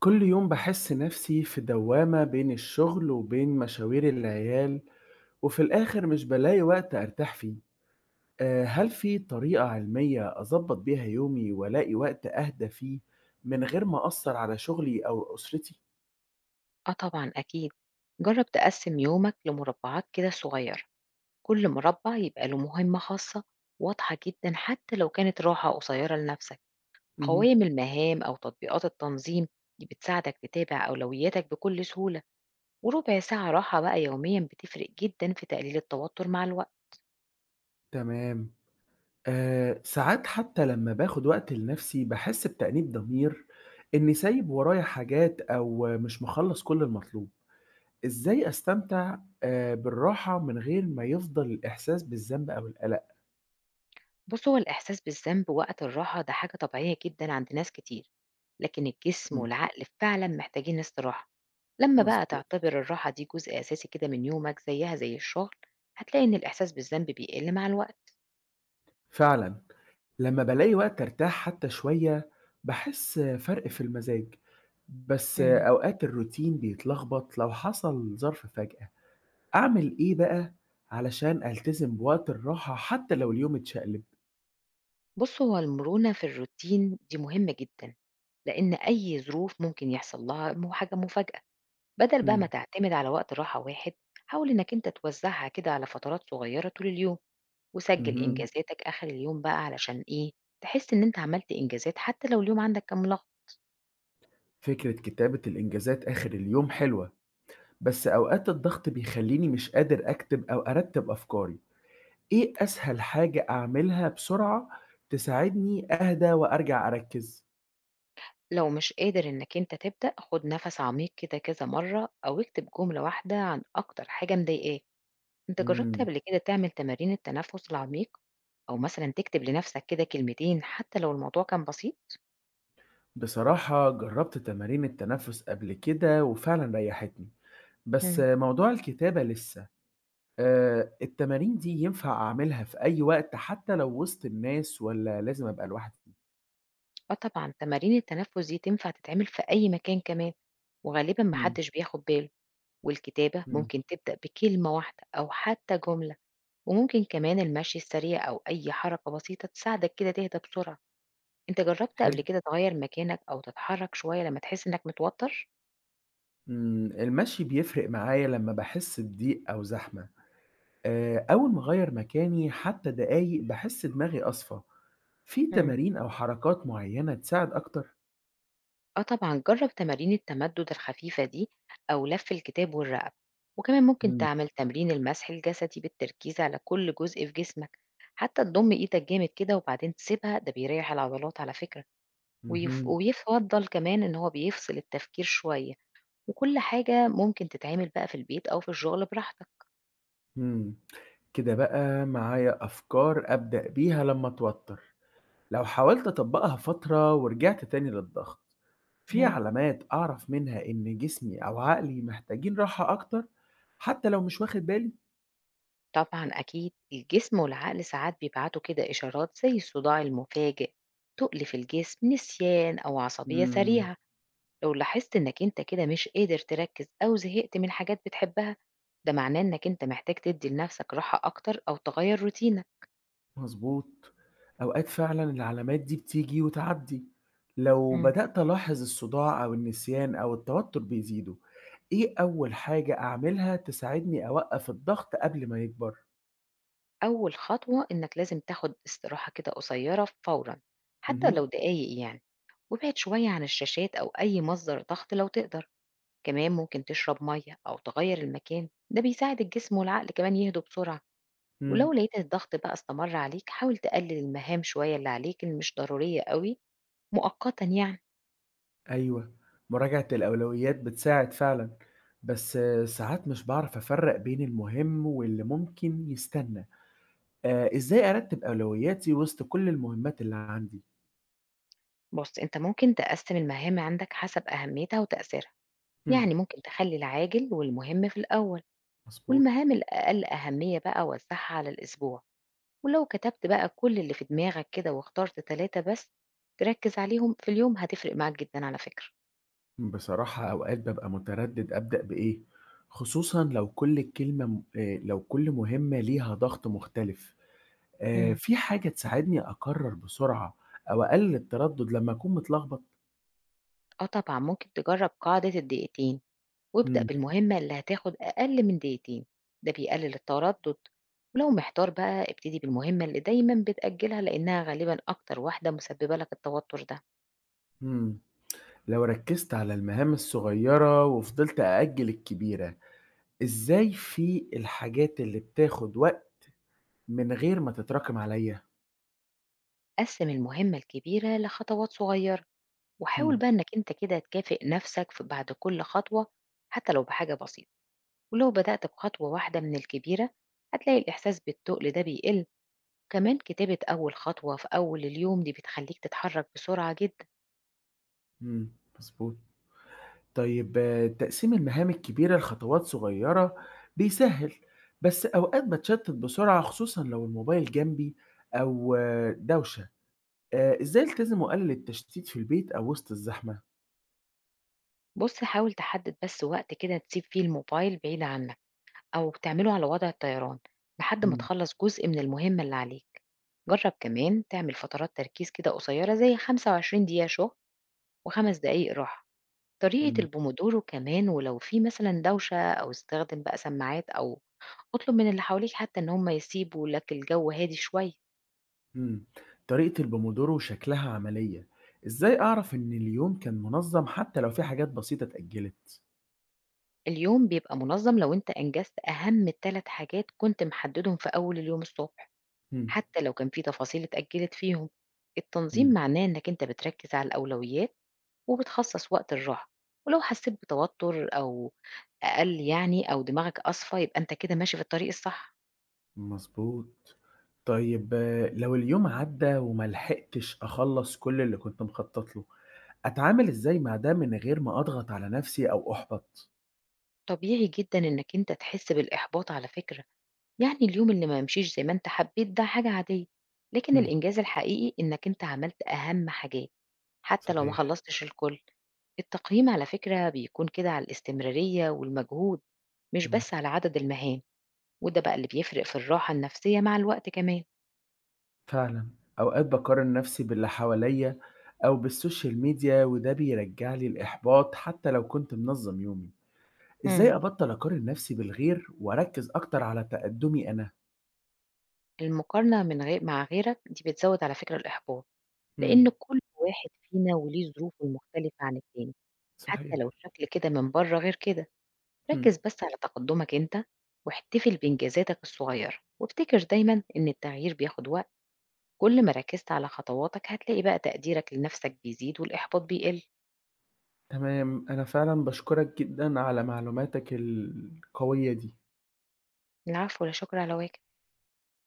كل يوم بحس نفسي في دوامة بين الشغل وبين مشاوير العيال وفي الآخر مش بلاقي وقت أرتاح فيه. هل في طريقة علمية أظبط بيها يومي وألاقي وقت أهدى فيه من غير ما أثر على شغلي أو أسرتي؟ آه طبعًا أكيد، جرّب تقسّم يومك لمربعات كده صغيّرة، كل مربع يبقى له مهمة خاصة واضحة جدًا حتى لو كانت راحة قصيّرة لنَفْسك، مهم. قوائم المهام أو تطبيقات التنظيم دي بتساعدك تتابع أولوياتك بكل سهولة، وربع ساعة راحة بقى يوميًا بتفرق جدًا في تقليل التوتر مع الوقت. تمام. ساعات حتى لما باخد وقت لنفسي بحس بتأنيب ضمير إني سايب ورايا حاجات أو مش مخلص كل المطلوب. إزاي أستمتع بالراحة من غير ما يفضل الإحساس بالذنب أو القلق؟ بُص، هو الإحساس بالذنب وقت الراحة ده حاجة طبيعية جدًا عند ناس كتير، لكن الجسم إمم، والعقل فعلًا محتاجين استراحة. لما بقى مضبوط. تعتبر الراحة دي جزء أساسي كده من يومك زيها زي الشغل هتلاقي إن الإحساس بالذنب بيقل مع الوقت. فعلًا، لمّا بالاقي وقت أرتاح حتى شوية، باحس فرق في المزاج، بس مم. أوقات الروتين بيتلخبط لو حصل ظرف فجأة، أعمل إيه بقى علشان ألتزم بوقت الراحة حتى لو اليوم اتشقلب؟ بص هو المرونة في الروتين دي مهمة جدا لأن أي ظروف ممكن يحصل لها حاجة مفاجأة. بدل بقى ما إمم، تعتمد على وقت راحة واحد حاول إنك أنت توزعها كده على فترات صغيرة طول اليوم، وسجل اهم. إنجازاتك آخر اليوم بقى علشان إيه تحس إن أنت عملت إنجازات حتى لو اليوم عندك كان ملخبط. فكرة كتابة الإنجازات آخر اليوم حلوة، بس أوقات الضغط بيخلّيني مش قادر أكتب أو أرتب أفكاري. إيه أسهل حاجة أعملها بسرعة تساعدني أهدى وأرجع أركز؟ لو مش قادر إنك أنت تبدأ خد نفس عميق كده كذا مرة أو اكتب جملة واحدة عن أكتر حاجة مضايقاك. أنت جربت إمم، قبل كده تعمل تمارين التنفس العميق أو مثلا تكتب لنفسك كده كلمتين حتى لو الموضوع كان بسيط؟ بصراحة جرّبت تمارين التنفس قبل كده وفعلًا ريّحتني، بس مم. موضوع الكتابة لسه. التمارين دي ينفع أعملها في أي وقت حتى لو وسط الناس والّا لازم أبقى لوحدي؟ اه طبعا تمارين التنفس دي تنفع تتعمل في أي مكان كمان، وغالبا إمم، محدش بياخد باله، والكتابة إمم، ممكن تبدأ بكلمة واحدة أو حتى جملة، وممكن كمان المشي السريع أو أي حركة بسيطة تساعدك كده تهدى بسرعة. أنت جرّبت قبل حلو، كده تغيّر مكانك أو تتحرّك شوية لمّا تحس إنك متوتر؟ إمم، المشي بيفرق معايا لمّا باحس بضيق أو زحمة. أول ما أغيّر مكاني حتى دقايق باحس دماغي أصفى. في إمم. تمارين أو حركات معيّنة تساعد أكتر؟ آه طبعًا، جرّب تمارين التمدُّد الخفيفة دي أو لَف الكتاب والرقبة، وكمان ممكن إمم، تعمل تمرين المسح الجسدي بالتركيز على كل جزء في جسمك، حتى تضم إيدك جامد كده وبعدين تسيبها، ده بيريّح العضلات على فكرة، اهم، ويُفضّل كمان إن هو بيفصل التفكير شوية، وكل حاجة ممكن تتعمل بقى في البيت أو في الشغل براحتك. إمم. كده بقى معايا أفكار أبدأ بيها لمّا أتوتر، لو حاولت أطبّقها فترة ورجعت تاني للضغط، في إمم. علامات أعرف منها إن جسمي أو عقلي محتاجين راحة أكتر حتى لو مش واخد بالي؟ طبعًا أكيد، الجسم والعقل ساعات بيبعتوا كده إشارات زي الصداع المفاجئ، تُقل في الجسم، نسيان أو عصبية إمم. سريعة. لو لاحظت إنك أنت كده مش قادر تركّز أو زهقت من حاجات بتحبها، ده معناه إنك أنت محتاج تدّي لنفسك راحة أكتر أو تغيّر روتينك. مضبوط. أوقات فعلًا العلامات دي بتيجي وتعدّي. لو إمم. بدأت ألاحظ الصداع أو النسيان أو التوتر بيزيدوا، إيه أول حاجة أعملها تساعدني أوقّف الضغط قبل ما يكبر؟ أول خطوة إنك لازم تاخد استراحة كده قصيّرة فورًا، حتى لو اهم، دقايق يعني، وابعد شوية عن الشاشات أو أي مصدر ضغط لو تقدر. كمان ممكن تشرب مية أو تغير المكان، ده بيساعد الجسم والعقل كمان يهدوا بسرعة. ولو إمم، لقيت الضغط بقى استمر عليك حاول تقلل المهام شوية اللي عليك اللي مش ضرورية قوي، مؤقتا يعني. أيوه، مراجعة الأولويات بتساعد فعلًا، بس ساعات مش باعرف أفرّق بين المهم واللي ممكن يستنى. إزاي أرتّب أولوياتي وسط كل المهمات اللي عندي؟ بص انت ممكن تقسم المهام عندك حسب أهميتها وتأثيرها، إمم، يعني ممكن تخلي العاجل والمهم في الأول، مضبوط. والمهام الأقل أهمية بقى وزعها على الأسبوع. ولو كتبت بقى كل اللي في دماغك كده واخترت ثلاثة بس تركز عليهم في اليوم هتفرق معاك جدا على فكرة. بصراحة أوقات بابقى متردد أبدأ بإيه، خصوصًا لو كل مهمة ليها ضغط مختلف. مم. في حاجة تساعدني أقرر بسرعة أو أقلل التردد لما أكون متلخبط؟ آه طبعًا، ممكن تجرّب قاعدة الدقيقتين، وابدأ إمم، بالمهمة اللي هتاخد أقل من دقيقتين، ده بيقلل التردد، ولو محتار بقى ابتدي بالمهمة اللي دايمًا بتأجلها لأنها غالبًا أكتر واحدة مسببة لك التوتر ده. إمم، لو ركزت على المهام الصغيرة وفضلت أأجل الكبيرة، إزاي في الحاجات اللي بتاخد وقت من غير ما تتراكم عليَّ؟ قسّم المهمة الكبيرة لخطوات صغيرة، وحاول إمم، بقى إنك أنت كده تكافئ نفسك ف بعد كل خطوة حتى لو بحاجة بسيطة، ولو بدأت بخطوة واحدة من الكبيرة هتلاقي الإحساس بالتُقل ده بيقل، كمان كتابة أول خطوة في أول اليوم دي بتخلّيك تتحرك بسرعة جدًا. إمم، مضبوط. طيب، تقسيم المهام الكبيرة لخطوات صغيرة بيسهل، بس أوقات بتشتت بسرعة خصوصا لو الموبايل جنبي أو دوشة. إزاي ألتزم وأقلل التشتيت في البيت أو وسط الزحمة؟ بُص حاول تحدد بس وقت كده تسيب فيه الموبايل بعيد عنك، أو تعمله على وضع الطيران لحد ما مم. تخلّص جزء من المهمة اللي عليك، جرّب كمان تعمل فترات تركيز كده قصيرة زي 25 دقيقة شغل و5 دقايق راحة، طريقة مم. البومودورو كمان، ولو في مثلًا دوشة أو استخدم بقى سماعات أو اطلب من اللي حواليك حتى إن هم يسيبوا لك الجو هادي شوية. مم. طريقة البومودورو شكلها عملية. إزاي أعرف إن اليوم كان منظم حتى لو في حاجات بسيطة اتأجلت؟ اليوم بيبقى منظم لو أنت أنجزت أهم 3 حاجات كنت محددهم في أول اليوم الصبح. مم. حتى لو كان في تفاصيل اتأجلت فيهم، التنظيم مم. معناه إنك أنت بتركز على الأولويات وبتخصص وقت الراحة، ولو حسيت بتوتر أو أقل يعني أو دماغك أصفى يبقى أنت كده ماشي في الطريق الصح. مظبوط. طيب، لو اليوم عدى وملحقتش أخلص كل اللي كنت مخطط له، أتعامل إزاي مع ده من غير ما أضغط على نفسي أو أُحبَط؟ طبيعي جدا إنك أنت تحس بالإحباط على فكرة، يعني اليوم اللي ما يمشيش زي ما أنت حبيت ده حاجة عادية، لكن إمم، الإنجاز الحقيقي إنك أنت عملت أهم حاجات حتى لو ما صحيح، خلصتش الكل. التقييم على فكرة بيكون كده على الاستمرارية والمجهود، مش إمم. بس على عدد المهام، وده بقى اللي بيفرق في الراحة النفسية مع الوقت كمان. فعلًا، أوقات باقارن نفسي باللي حواليّا أو بالسوشيال ميديا وده بيرجّع لي الإحباط حتى لو كنت منظّم يومي، مم. إزاي أبطّل أقارن نفسي بالغير وأركّز أكتر على تقدُّمي أنا؟ المقارنة من غير مع غيرك دي بتزود على فكرة الإحباط، لأن إمم، كل واحد فينا وليه ظروفه المختلفة عن التاني، حتى صحيح، لو الشكل كده من بره غير كده. إمم. ركز بس على تقدمك أنت، واحتفل بإنجازاتك الصغيرة وافتكر دايما إن التغيير بياخد وقت، كل ما ركزت على خطواتك هتلاقي بقى تقديرك لنفسك بيزيد والإحباط بيقل. تمام، أنا فعلًا باشكرك جدًا على معلوماتك القوية دي. العفو ولا شكر على واجب.